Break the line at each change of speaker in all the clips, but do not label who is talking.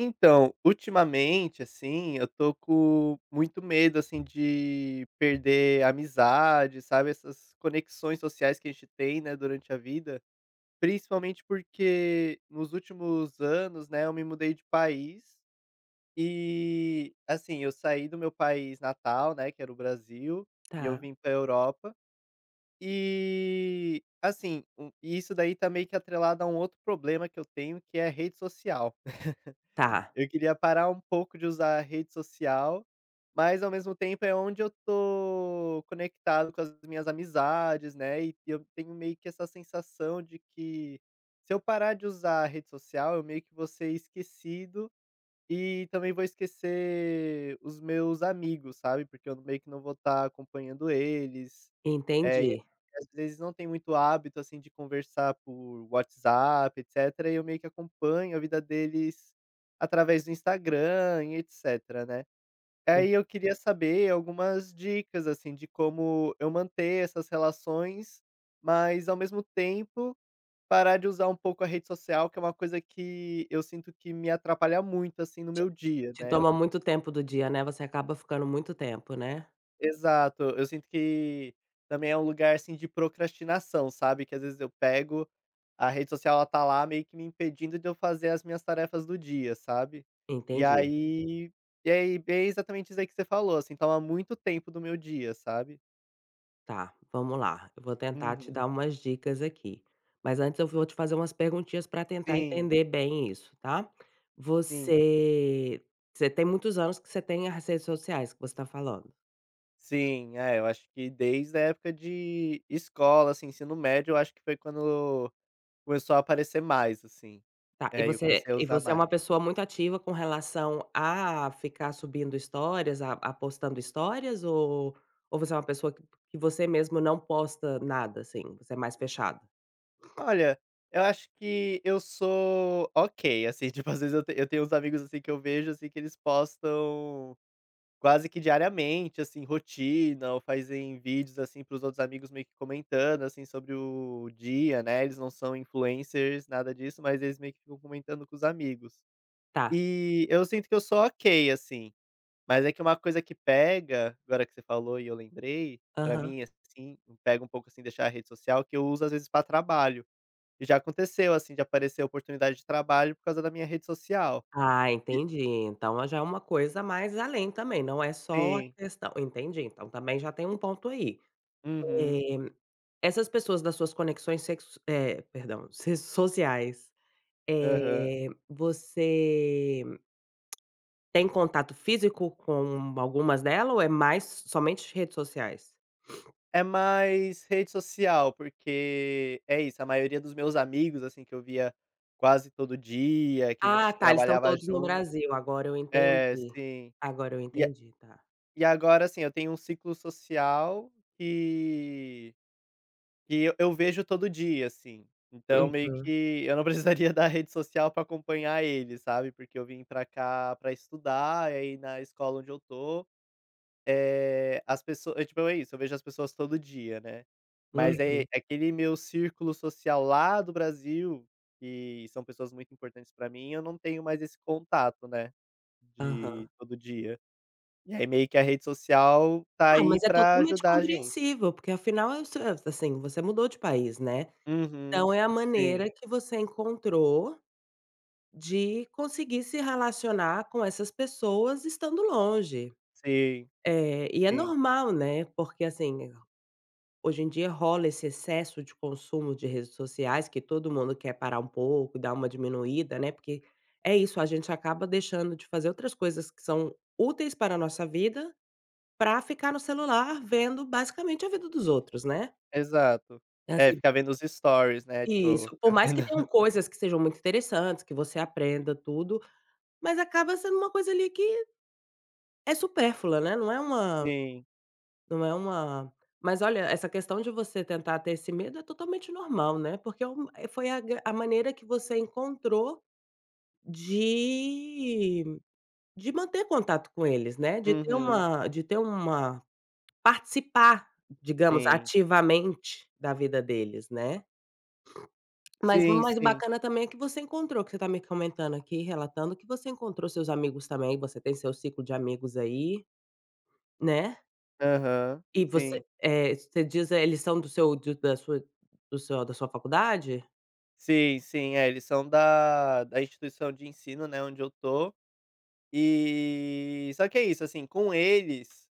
Então, ultimamente, assim, eu tô com muito medo, assim, de perder amizade, sabe, essas conexões sociais que a gente tem, né, durante a vida. Principalmente porque nos últimos anos, né, eu me mudei de país e, assim, eu saí do meu país natal, né, que era o Brasil, e eu
Tá,
vim pra Europa. E, assim, e isso daí tá meio que atrelado a um outro problema que eu tenho, que é a rede social.
tá,
Eu queria parar um pouco de usar a rede social, mas ao mesmo tempo é onde eu tô conectado com as minhas amizades, né, e eu tenho meio que essa sensação de que, se eu parar de usar a rede social, eu meio que vou ser esquecido e também vou esquecer os meus amigos, sabe, porque eu meio que não vou estar acompanhando eles, e
entendi.
às vezes não tem muito hábito, assim, de conversar por WhatsApp, etcétera, e eu meio que acompanho a vida deles através do Instagram e etcétera, né.
Hum.
Aí eu queria saber algumas dicas, assim, de como eu manter essas relações, mas ao mesmo tempo parar de usar um pouco a rede social, que é uma coisa que eu sinto que me atrapalha muito, assim, no
Te
meu dia,
te
né, eu
toma
fico.
muito tempo do dia, né, você acaba ficando muito tempo, né?
Exato, eu sinto que também é um lugar, assim, de procrastinação, sabe, que às vezes eu pego, a rede social ela tá lá meio que me impedindo de eu fazer as minhas tarefas do dia, sabe. E
Entendi.
aí é exatamente isso aí que você falou, assim, toma muito tempo do meu dia, sabe.
Tá, vamos lá, eu vou tentar te
Uhum.
dar umas dicas aqui, mas antes eu vou te fazer umas perguntinhas pra tentar
Sim,
entender bem isso, tá?
sim.
Você você tem muitos anos que você tem as redes sociais que você tá falando?
Sim, é, eu acho que desde a época de escola, assim, ensino médio, eu acho que foi quando começou a aparecer mais, assim.
Tá, e
Aí eu
você
comecei a
e
usar
você é
mais.
uma pessoa muito ativa com relação a ficar subindo histórias, a postando histórias ou você é uma pessoa que você mesmo não posta nada, assim, você é mais fechado?
Olha, eu acho que eu sou ok, assim, tipo, às vezes eu tenho uns amigos, assim, que eu vejo, assim, que eles postam quase que diariamente, assim, rotina ou fazem vídeos, assim, para os outros amigos meio que comentando, assim, sobre o dia, né, eles não são influencers, nada disso, mas eles meio que ficam comentando com os amigos.
Tá,
E eu sinto que eu sou ok, assim. Mas é que uma coisa que pega, agora que você falou e eu lembrei, pra
aham.
mim, assim, pega um pouco, assim, deixar a rede social, que eu uso às vezes pra trabalho. E já aconteceu, assim, de aparecer oportunidade de trabalho por causa da minha rede social.
Ah,
E
entendi, então já é uma coisa mais além também, não é só a
Sim.
questão, entendi, então também já tem um ponto aí.
Uhum.
Eh, Essas pessoas das suas perdão, se sociais,
Aham.
você tem contato físico com algumas dela ou é mais somente redes sociais?
É mais rede social, porque é isso, a maioria dos meus amigos, assim, que eu via quase todo dia, que a
Ah,
gente
tá, eles estão
trabalhava
todos no
junto.
Brasil, agora eu
É,
entendi.
sim.
Agora eu
E a
entendi, tá.
e agora, assim, eu tenho um ciclo social que eu vejo todo dia, assim, então meio
Uhum,
que eu não precisaria da rede social pra acompanhar ele, sabe, porque eu vim pra cá pra estudar, e aí na escola onde eu tô, é as pessoas, é tipo, é isso, eu vejo as pessoas todo dia, né. Mas
uhum,
é aquele meu círculo social lá do Brasil, que são pessoas muito importantes pra mim, eu não tenho mais esse contato, né,
aham.
de todo dia. E aí meio que a rede social tá
Ah,
aí
mas é
pra
totalmente
ajudar a gente.
compreensível, porque afinal é o seu, assim, você mudou de país, né. Então
Uhum.
é a
Sim,
maneira que você encontrou de conseguir se relacionar com essas pessoas estando longe.
sim,
E é
sim.
normal, né, porque assim hoje em dia rola esse excesso de consumo de redes sociais que todo mundo quer parar um pouco, dar uma diminuída, né, porque é isso, a gente acaba deixando de fazer outras coisas que são úteis para a nossa vida, para ficar no celular vendo basicamente a vida dos outros, né.
Exato.
É
É,
assim,
ficar vendo os stories, né, tipo,
isso, por
ficar
mais que
vendo.
tenham coisas que sejam muito interessantes, que você aprenda tudo, mas acaba sendo uma coisa ali que é supérflua, né, não é uma.
Sim.
Não é uma, mas olha, essa questão de você tentar ter esse medo é totalmente normal, né, porque é um foi a gra a maneira que você encontrou de de manter contato com eles, né, de ter, uhum,
Uhum.
uma, de ter uma, participar, digamos,
Sim.
ativamente da vida deles, né. Mas o
Sim,
mais
sim.
bacana também é que você encontrou, que você tá me comentando aqui, relatando, que você encontrou seus amigos também, você tem seu ciclo de amigos aí, né.
Aham.
E
Sim.
você, você diz, eles são do seu do da sua do seu da sua faculdade?
Sim, sim. É, eles são da instituição de ensino, né, onde eu tô. E só que é isso, assim, com eles,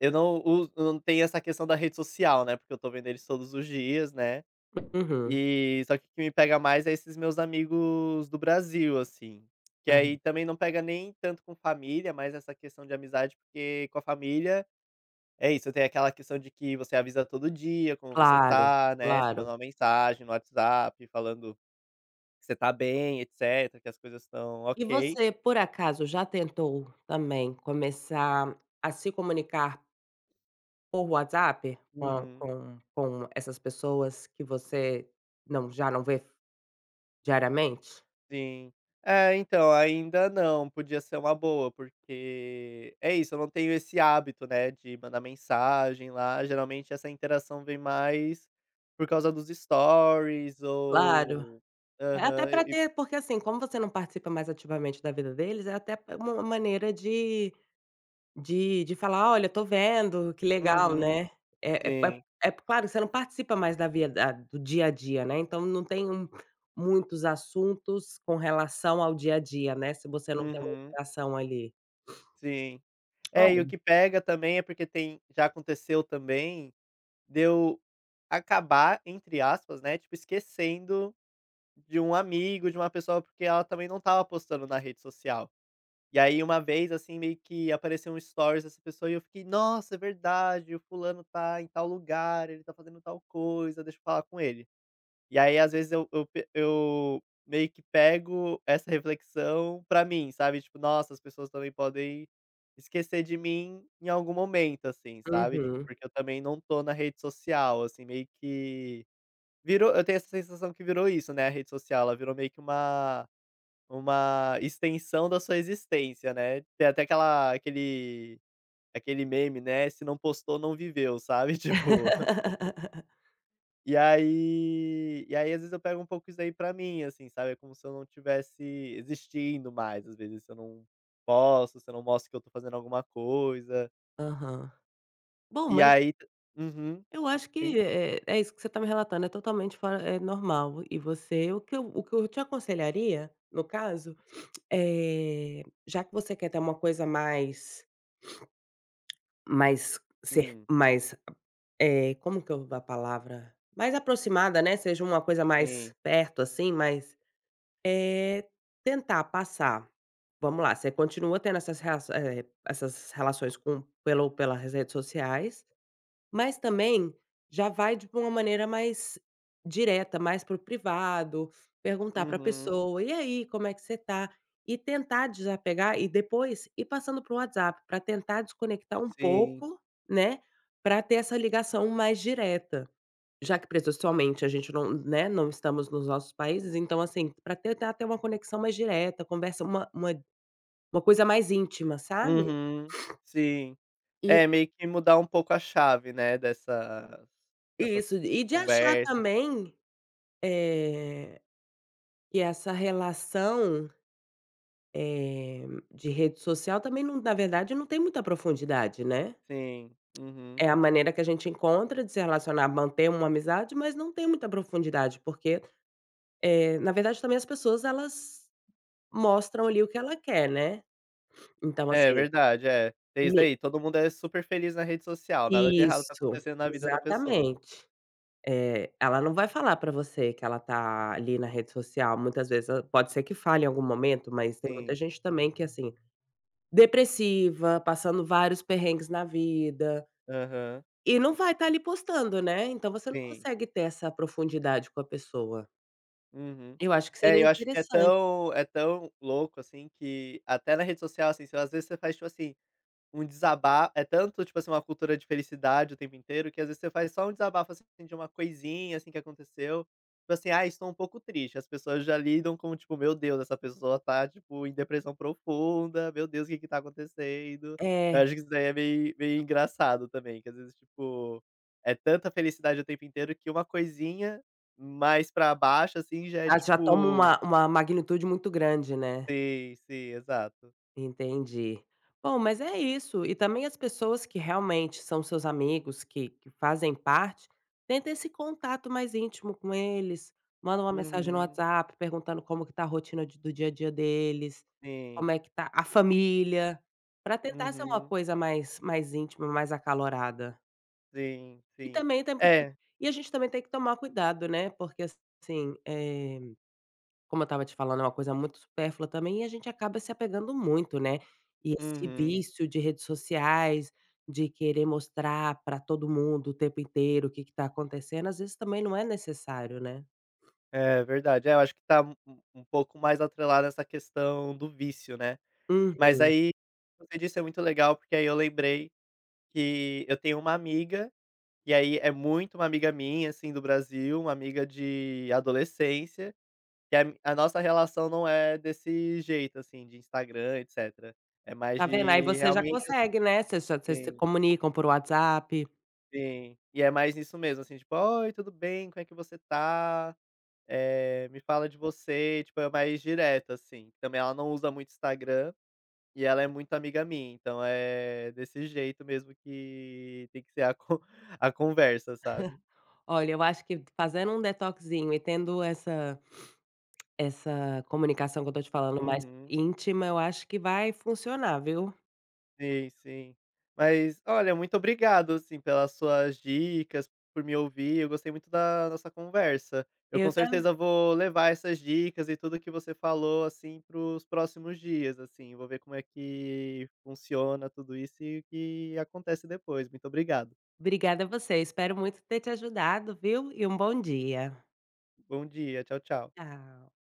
eu não uso, não tem essa questão da rede social, né, porque eu tô vendo eles todos os dias, né.
Uhum.
E só que o que me pega mais é esses meus amigos do Brasil, assim, que aí
Aham.
também não pega nem tanto com família, mas essa questão de amizade, porque com a família é isso, tem aquela questão de que você avisa todo dia como você
Claro,
tá, né, você
claro.
manda uma mensagem no WhatsApp falando que você tá bem, etcétera, que as coisas estão
E
ok.
você, por acaso, já tentou também começar a se comunicar por WhatsApp com
Uhum.
com essas pessoas que você não já não vê diariamente?
Sim. É, então, ainda não, podia ser uma boa, porque é isso, eu não tenho esse hábito, né, de mandar mensagem lá, geralmente essa interação vem mais por causa dos stories
Claro.
ou
É até
aham.
pra
E
ter porque, assim, como você não participa mais ativamente da vida deles, é até uma maneira de falar: "Olha, tô vendo, que legal,
uhum,
né". É é pa
sim,
é claro, você não participa mais da vida da- do dia a dia, né, então não tem um, muitos assuntos com relação ao dia a dia, né, se você não tem uma
uhum,
interação ali.
sim. É, e o
Olha,
que pega também é porque tem já aconteceu também deu acabar, entre aspas, né, tipo, esquecendo de um amigo, de uma pessoa, porque ela também não tava postando na rede social. E aí uma vez, assim, meio que apareceu um stories dessa pessoa e eu fiquei: "Nossa, é verdade, o fulano tá em tal lugar, ele tá fazendo tal coisa, deixa eu falar com ele". E aí às vezes eu meio que pego essa reflexão pra mim, sabe, tipo: "Nossa, as pessoas também podem esquecer de mim em algum momento", assim, sabe, tipo,
uhum,
porque eu também não tô na rede social, assim, meio que virou, eu tenho essa sensação que virou isso, né, a rede social, ela virou meio que uma extensão da sua existência, né. Tem até aquela aquele aquele meme, né, "Se não postou, não viveu", sabe, tipo, e aí às vezes eu pego um pouco isso aí pra mim, assim, sabe, é como se eu não tivesse existindo mais, às vezes se eu não posto, se eu não mostro que eu tô fazendo alguma coisa,
aham. Bom,
e
mas
aí t uhum,
eu acho
sim.
que é isso que você está me relatando, é totalmente fora, é normal. E você, o que eu te aconselharia, no caso, é já que você quer ter uma coisa mais, mais ser
Hum,
mais, como que eu a palavra? Mais aproximada, né, seja uma coisa mais
sim.
perto, assim, mas, é tentar passar, vamos lá, você continua tendo essas essas relações com pelo pelas redes sociais, mas também já vai de uma maneira mais direta, mais para o privado, perguntar para a
Uhum,
pessoa: "E aí, como é que você tá?" E tentar desapegar e depois ir passando para o WhatsApp para tentar desconectar um
sim.
pouco, né, para ter essa ligação mais direta, já que presencialmente a gente não, né, não estamos nos nossos países, então assim, para tentar ter uma conexão mais direta, conversa uma uma coisa mais íntima, sabe?
Uhum, sim.
E
É, meio que mudar um pouco a chave, né,
isso,
dessas
e de achar
conversas.
também, eh e essa relação, eh, de rede social também não, na verdade não tem muita profundidade, né.
Sim, uhum.
É a maneira que a gente encontra de se relacionar, manter uma amizade, mas não tem muita profundidade, porque, na verdade também as pessoas elas mostram ali o que ela quer, né. Então
É
assim,
verdade, é. Desde
me
aí todo mundo é super feliz na rede social, nada de errado tá
isso,
acontecendo na vida da pessoa.
exatamente. Ela não vai falar pra você que ela tá ali na rede social, muitas vezes, pode ser que fale em algum momento, mas tem muita
Sim,
gente também que assim, depressiva, passando vários perrengues na vida,
aham,
e não vai estar ali postando, né, então você não
sim,
consegue ter essa profundidade com a pessoa.
uhum.
Eu acho que
É,
seria
eu acho que é
interessante.
tão louco, assim, que até na rede social, assim, se às vezes você faz, tipo assim. Um desaba É tanto, tipo assim, uma cultura de felicidade o tempo inteiro, que às vezes você faz só um desabafo, assim, de uma coisinha, assim, que aconteceu. Tipo assim: "Ah, estou um pouco triste", as pessoas já lidam como, tipo: "Meu Deus, essa pessoa tá, tipo, em depressão profunda, meu Deus, o que que tá acontecendo?". Eu
É,
acho que isso daí é meio engraçado também, que às vezes, tipo, é tanta felicidade o tempo inteiro que uma coisinha mais pra baixo, assim, já é
já toma
tipo.
uma magnitude muito grande, né.
Sim, sim, exato.
Entendi. Bom, mas é isso. E também as pessoas que realmente são seus amigos, que fazem parte, tenta esse contato mais íntimo com eles, manda uma mensagem no
Uhum.
WhatsApp perguntando como que tá a rotina de do dia a dia deles,
Sim.
como é que tá a família, para tentar ser uma
Uhum.
coisa mais íntima, mais acalorada.
Sim,
E
sim.
também tem que-
É.
e a gente também tem que tomar cuidado, né, porque assim, como eu estava te falando, é uma coisa muito supérflua também e a gente acaba se apegando muito, né. E esse
Uhum.
vício de redes sociais, de querer mostrar para todo mundo o tempo inteiro o que está acontecendo, às vezes também não é necessário, né.
É verdade. É, eu acho que tá um pouco mais atrelada essa questão do vício, né. Mas
Uhum.
aí, você disse é muito legal, porque aí eu lembrei que eu tenho uma amiga, e aí é muito uma amiga minha, assim, do Brasil, uma amiga de adolescência, que a nossa relação não é desse jeito, assim, de Instagram, etcétera. É mais
Tá vendo, aí
de
você já
realmente
consegue, né, vocês já vocês se
assim.
comunicam por WhatsApp.
Sim, e é mais nisso mesmo, assim, tipo: "Oi, tudo bem? Como é que você tá? Eh, me fala de você", tipo, é mais direta, assim. Também ela não usa muito Instagram e ela é muito amiga minha, então é desse jeito mesmo que tem que ser a con a conversa, sabe?
Olha, eu acho que fazendo um detoxinho e tendo essa essa comunicação que eu tô te falando mais
Uhum.
íntima, eu acho que vai funcionar, viu.
Sim, sim. Mas olha, muito obrigado, assim, pelas suas dicas, por me ouvir. Eu gostei muito da nossa conversa. Eu com
Eu também.
certeza vou levar essas dicas e tudo que você falou, assim, para os próximos dias, assim. Vou ver como é que funciona tudo isso e o que acontece depois. Muito obrigado.
Obrigada a você, espero muito ter te ajudado, viu, e um bom dia.
Bom dia. Tchau, tchau.
Tchau.